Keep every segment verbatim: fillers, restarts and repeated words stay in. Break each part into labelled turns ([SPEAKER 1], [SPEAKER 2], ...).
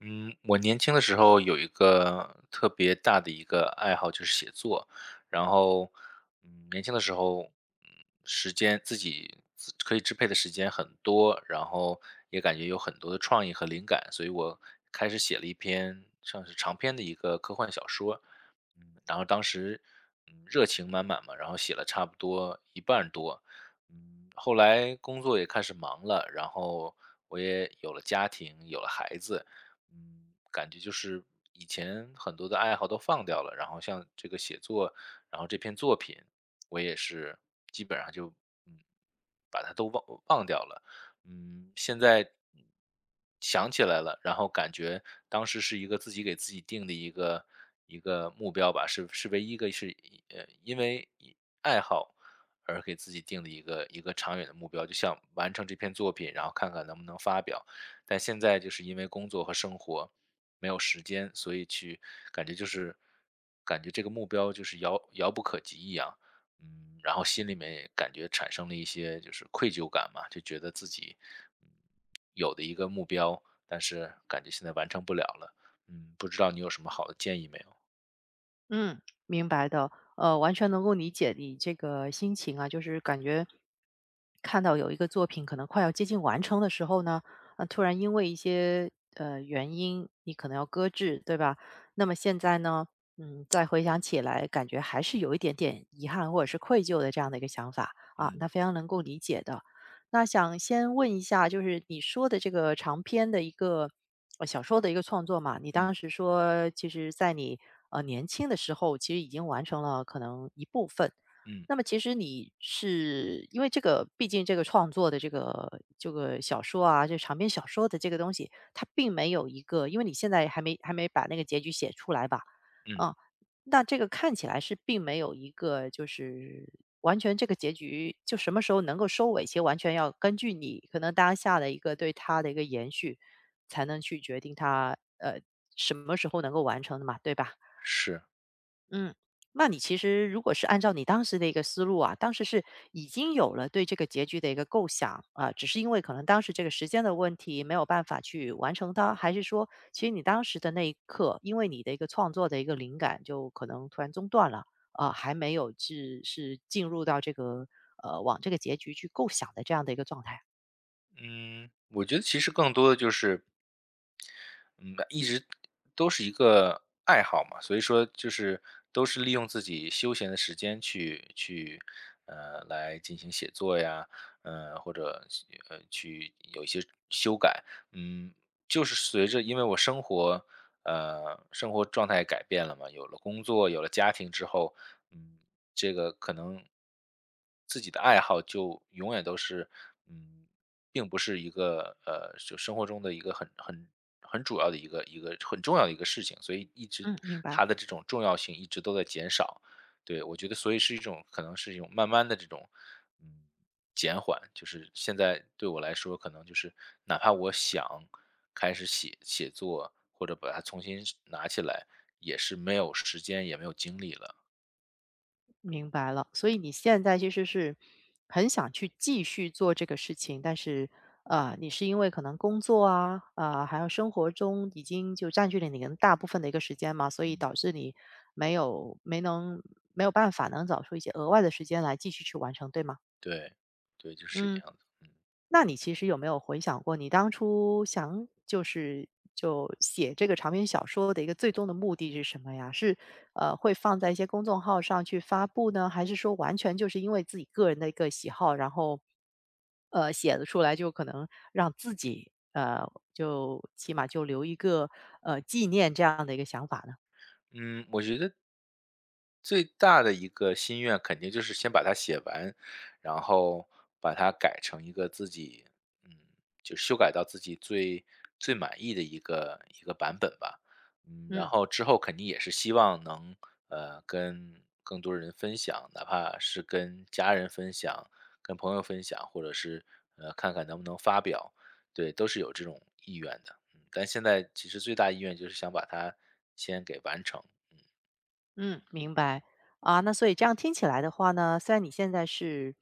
[SPEAKER 1] 嗯，我年轻的时候有一个特别大的一个爱好就是写作，然后，嗯，年轻的时候，嗯，时间自己自可以支配的时间很多，然后也感觉有很多的创意和灵感，所以我开始写了一篇像是长篇的一个科幻小说，嗯，然后当时，嗯，热情满满嘛，然后写了差不多一半多，嗯，后来工作也开始忙了，然后我也有了家庭，有了孩子。嗯，感觉就是以前很多的爱好都放掉了，然后像这个写作，然后这篇作品，我也是基本上就嗯把它都忘忘掉了。嗯，现在嗯想起来了，然后感觉当时是一个自己给自己定的一个一个目标吧，是是唯一一个是以呃因为以爱好而给自己定的一个一个长远的目标，就想完成这篇作品，然后看看能不能发表。但现在就是因为工作和生活没有时间，所以去感觉就是感觉这个目标就是遥遥不可及一样。嗯，然后心里面也感觉产生了一些就是愧疚感嘛，就觉得自己嗯有的一个目标，但是感觉现在完成不了了。嗯，不知道你有什么好的建议没有？
[SPEAKER 2] 嗯，明白的，呃，完全能够理解你这个心情啊，就是感觉看到有一个作品可能快要接近完成的时候呢，啊，突然因为一些呃原因，你可能要搁置，对吧？那么现在呢，嗯，再回想起来，感觉还是有一点点遗憾或者是愧疚的这样的一个想法啊，那
[SPEAKER 1] 嗯
[SPEAKER 2] 非常能够理解的。那想先问一下，就是你说的这个长篇的一个呃小说的一个创作嘛，你
[SPEAKER 1] 嗯
[SPEAKER 2] 当时说，其实在你呃年轻的时候，其实已经完成了可能一部分。
[SPEAKER 1] 嗯
[SPEAKER 2] 那么其实你是因为这个，毕竟这个创作的这个这个小说啊，就长篇小说的这个东西，它并没有一个，因为你现在还没还没把那个结局写出来吧？
[SPEAKER 1] 嗯，
[SPEAKER 2] 嗯，那这个看起来是并没有一个就是完全这个结局就什么时候能够收尾，其实完全要根据你可能当下的一个对它的一个延续，才能去决定它呃什么时候能够完成的嘛，对吧？
[SPEAKER 1] 是。
[SPEAKER 2] 嗯，那你其实如果是按照你当时的一个思路啊，当时是已经有了对这个结局的一个构想啊，只是因为可能当时这个时间的问题没有办法去完成它，还是说其实你当时的那一刻，因为你的一个创作的一个灵感就可能突然中断了啊，还没有至是进入到这个呃往这个结局去构想的这样的一个状态？
[SPEAKER 1] 嗯，我觉得其实更多的就是嗯，一直都是一个爱好嘛，所以说就是都是利用自己休闲的时间去去，呃，来进行写作呀，呃，或者呃去有一些修改。嗯，就是随着因为我生活呃生活状态也改变了嘛，有了工作，有了家庭之后，嗯，这个可能自己的爱好就永远都是嗯。并不是一个呃，就生活中的一个很很很主要的一个一个很重要的一个事情，所以一直
[SPEAKER 2] 嗯，明白。
[SPEAKER 1] 它的这种重要性一直都在减少。对，我觉得所以是一种可能是一种慢慢的这种，嗯，减缓。就是现在对我来说，可能就是哪怕我想开始写写作，或者把它重新是拿起来，也是没有时间，也没有精力了。
[SPEAKER 2] 明白了，所以你现在其实是很想去继续做这个事情，但是，呃，你是因为可能工作啊，啊、还有生活中已经就占据了你的大部分的一个时间嘛，所以
[SPEAKER 1] 嗯，
[SPEAKER 2] 导致你没有没能没有办法能找出一些额外的时间来继续去完成，对吗？
[SPEAKER 1] 对，对，就是这个
[SPEAKER 2] 嗯。
[SPEAKER 1] 样子。嗯。
[SPEAKER 2] 那你其实有没有回想过，你当初想就是就写这个长篇小说的一个最终的目的是什么呀？是呃会放在一些公众号上去发布呢，还是说完全就是因为自己个人的一个喜好，然后呃写了出来，就可能让自己呃就起码就留一个呃纪念这样的一个想法呢？
[SPEAKER 1] 嗯，我觉得最大的一个心愿肯定就是先把它写完，然后把它改成一个自己，嗯，就修改到自己最最满意的一个一个版本吧。嗯，然
[SPEAKER 2] 嗯。
[SPEAKER 1] 后之后肯定也是希望能呃跟更多人分享，哪怕是跟家人分享、跟朋友分享，或者是呃看看能不能发表，对，都是有这种意愿的。但现在其实最大意愿就是想把它先给完成。嗯，
[SPEAKER 2] 嗯，明白。啊，那所以这样听起来的话呢，虽然你现在是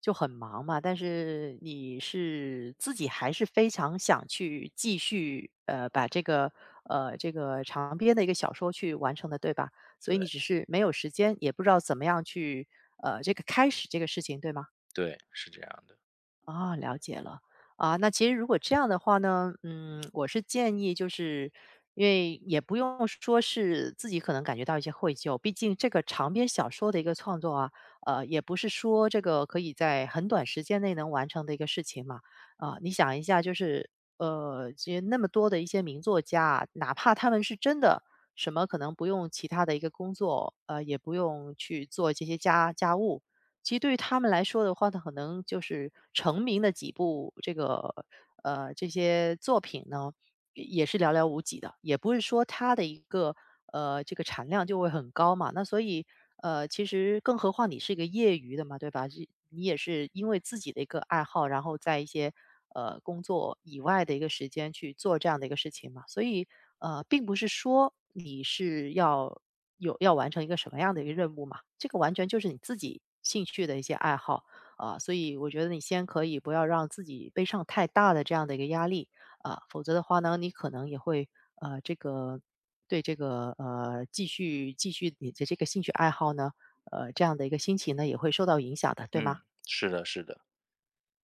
[SPEAKER 2] 就很忙嘛，但是你是自己还是非常想去继续，呃，把这个，呃，这个长篇的一个小说去完成的，对吧？所以你
[SPEAKER 1] 对，
[SPEAKER 2] 只是没有时间，也不知道怎么样去，呃，这个开始这个事情，对吗？
[SPEAKER 1] 对，是这样的，
[SPEAKER 2] 啊，了解了。啊，那其实如果这样的话呢，嗯，我是建议就是，因为也不用说是自己可能感觉到一些愧疚，毕竟这个长篇小说的一个创作啊，呃，也不是说这个可以在很短时间内能完成的一个事情嘛。啊，你想一下，就是呃，其实那么多的一些名作家啊哪怕他们是真的什么可能不用其他的一个工作，呃，也不用去做这些家家务，其实对于他们来说的话他可能就是成名的几部这个呃这些作品呢，也是寥寥无几的，也不是说它的一个呃这个产量就会很高嘛。那所以呃，其实更何况你是一个业余的嘛，对吧？是你也是因为自己的一个爱好，然后在一些呃工作以外的一个时间去做这样的一个事情嘛。所以呃，并不是说你是要。有要完成一个什么样的一个任务嘛，这个完全就是你自己兴趣的一些爱好啊。所以我觉得你先可以不要让自己背上太大的这样的一个压力啊，否则的话呢，你可能也会呃这个对这个呃继续继续你的这个兴趣爱好呢，呃这样的一个心情呢也会受到影响的，对吗？
[SPEAKER 1] 嗯，是的，是的。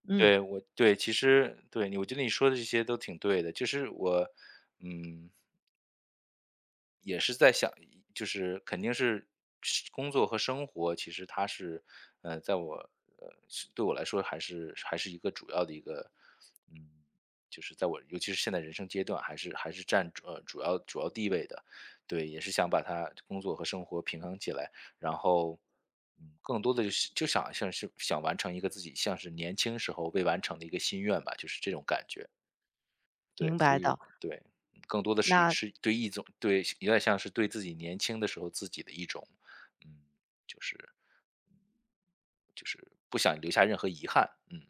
[SPEAKER 2] 嗯，
[SPEAKER 1] 对，我对，其实对你，我觉得你说的这些都挺对的，就是我，嗯，也是在想就是肯定是是工作和生活，其实它是，呃，在我呃，对我来说还是还是一个主要的一个，嗯，就是在我尤其是现在人生阶段，还是还是占主呃，主要主要地位的。对，也是想把它工作和生活平衡起来，然后，嗯，更多的就是就想像是想完成一个自己像是年轻时候未完成的一个心愿吧，就是这种感觉。对，
[SPEAKER 2] 明
[SPEAKER 1] 所
[SPEAKER 2] 白
[SPEAKER 1] 以
[SPEAKER 2] 的。
[SPEAKER 1] 对。嗯更多的是
[SPEAKER 2] 那
[SPEAKER 1] 是对一种对，有点像是对自己年轻的时候自己的一种，嗯，就是就是不想留下任何遗憾。嗯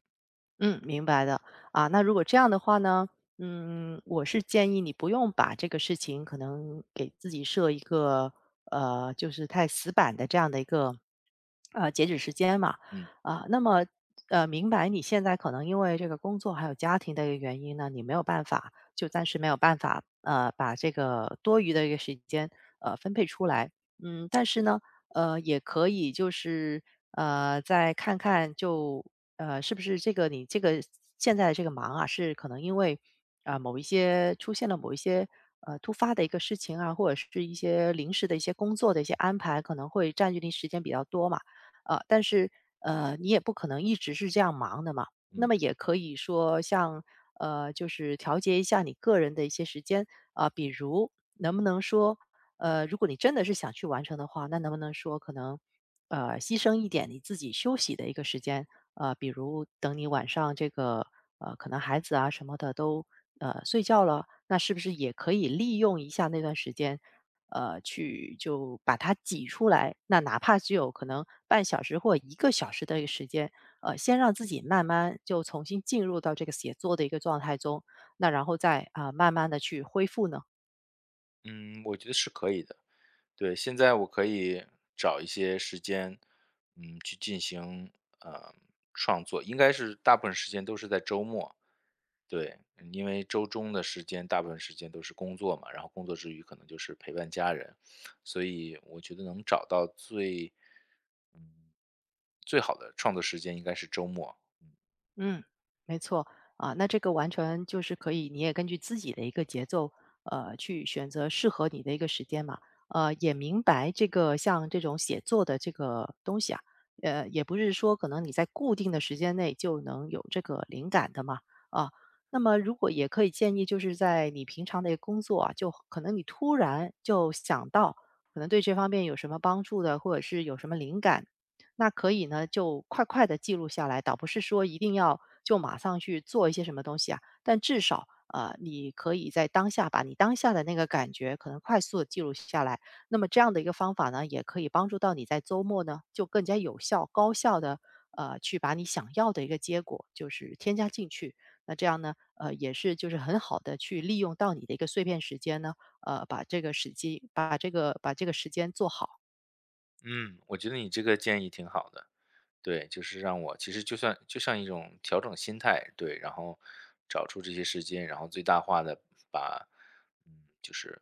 [SPEAKER 2] 嗯，明白的啊。那如果这样的话呢，嗯，我是建议你不用把这个事情可能给自己设一个呃，就是太死板的这样的一个呃截止时间嘛
[SPEAKER 1] 嗯
[SPEAKER 2] 啊。那么呃，明白你现在可能因为这个工作还有家庭的一个原因呢，你没有办法就暂时没有办法呃把这个多余的一个时间呃分配出来。嗯，但是呢，呃，也可以就是呃，再看看就呃，是不是这个你这个现在的这个忙啊，是可能因为啊、某一些出现了某一些呃突发的一个事情啊，或者是一些临时的一些工作的一些安排，可能会占据你时间比较多嘛？呃，但是呃，你也不可能一直是这样忙的嘛。那
[SPEAKER 1] 嗯
[SPEAKER 2] 么也可以说像呃，就是调节一下你个人的一些时间啊、比如能不能说呃，如果你真的是想去完成的话，那能不能说可能，呃，牺牲一点你自己休息的一个时间，呃，比如等你晚上这个，呃，可能孩子啊什么的都呃睡觉了，那是不是也可以利用一下那段时间，呃，去就把它挤出来？那哪怕只有可能半小时或一个小时的一个时间，呃，先让自己慢慢就重新进入到这个写作的一个状态中，那然后再啊、慢慢的去恢复呢？
[SPEAKER 1] 嗯。我觉得是可以的。对，现在我可以找一些时间，嗯，去进行呃创作，应该是大部分时间都是在周末，对。嗯因为周中的时间大部分时间都是工作嘛，然后工作之余可能就是陪伴家人，所以我觉得能找到最嗯，最好的创作时间应该是周末。
[SPEAKER 2] 嗯，没错啊，那这个完全就是可以，你也根据自己的一个节奏，呃，去选择适合你的一个时间嘛。呃，也明白这个像这种写作的这个东西啊，呃，也不是说可能你在固定的时间内就能有这个灵感的嘛。啊，那么如果也可以建议，就是在你平常的一个工作啊，就可能你突然就想到，可能对这方面有什么帮助的，或者是有什么灵感，那可以呢，就快快的记录下来，倒不是说一定要就马上去做一些什么东西啊，但至少，呃，你可以在当下把你当下的那个感觉可能快速的记录下来。那么这样的一个方法呢，也可以帮助到你在周末呢，就更加有效、高效的呃，去把你想要的一个结果就是添加进去。那这样呢，呃，也是就是很好的去利用到你的一个碎片时间呢，呃，把这个时机把这个把这个时间做好。
[SPEAKER 1] 嗯，我觉得你这个建议挺好的，对，就是让我其实就算就像一种调整心态，对，然后找出这些时间，然后最大化的把，嗯，就是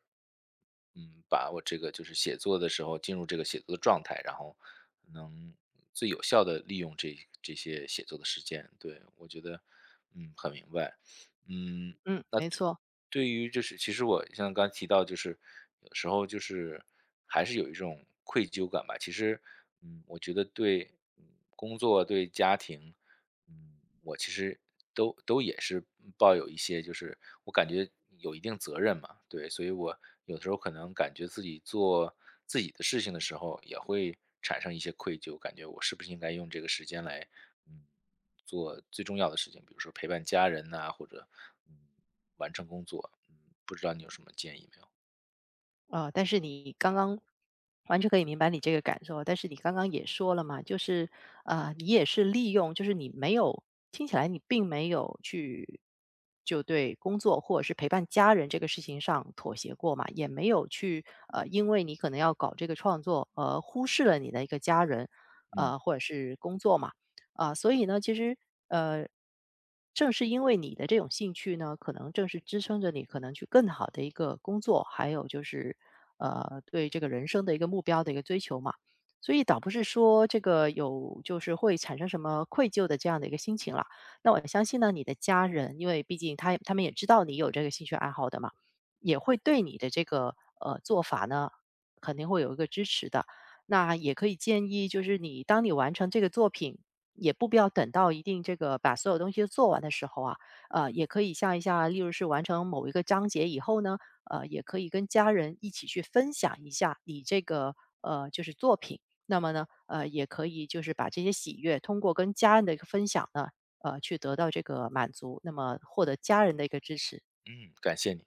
[SPEAKER 1] 嗯，把我这个就是写作的时候进入这个写作的状态，然后能最有效的利用这这些写作的时间。对，我觉得，嗯，很明白。嗯。
[SPEAKER 2] 嗯，
[SPEAKER 1] 那
[SPEAKER 2] 没
[SPEAKER 1] 对
[SPEAKER 2] 错。
[SPEAKER 1] 对于就是其实我像刚才提到，就是有时候就是还是有一种愧疚感吧。其实，嗯，我觉得对嗯工作、对家庭，嗯，我其实都都也是抱有一些，就是我感觉有一定责任嘛，对，所以我有时候可能感觉自己做自己的事情的时候，也会产生一些愧疚，感觉我是不是应该用这个时间来，嗯，做最重要的事情，比如说陪伴家人呐、或者嗯完成工作。嗯，不知道你有什么建议没有？
[SPEAKER 2] 呃，但是你刚刚完全可以明白你这个感受，但是你刚刚也说了嘛，就是呃，你也是利用，就是你没有听起来你并没有去就对工作或者是陪伴家人这个事情上妥协过嘛，也没有去呃，因为你可能要搞这个创作而忽视了你的一个家人，
[SPEAKER 1] 嗯
[SPEAKER 2] 呃，或者是工作嘛。啊，所以呢，其实呃，正是因为你的这种兴趣呢，可能正是支撑着你可能去更好的一个工作，还有就是呃对这个人生的一个目标的一个追求嘛。所以倒不是说这个有就是会产生什么愧疚的这样的一个心情啦。那我相信呢，你的家人，因为毕竟他他们也知道你有这个兴趣爱好的嘛，也会对你的这个呃做法呢，肯定会有一个支持的。那也可以建议，就是你当你完成这个作品，也不必要等到一定这个把所有东西都做完的时候啊，呃，也可以像一下，例如是完成某一个章节以后呢，呃，也可以跟家人一起去分享一下你这个呃就是作品。那么呢，呃，也可以就是把这些喜悦通过跟家人的一个分享呢，呃，去得到这个满足，那么获得家人的一个支持。
[SPEAKER 1] 嗯。感谢你。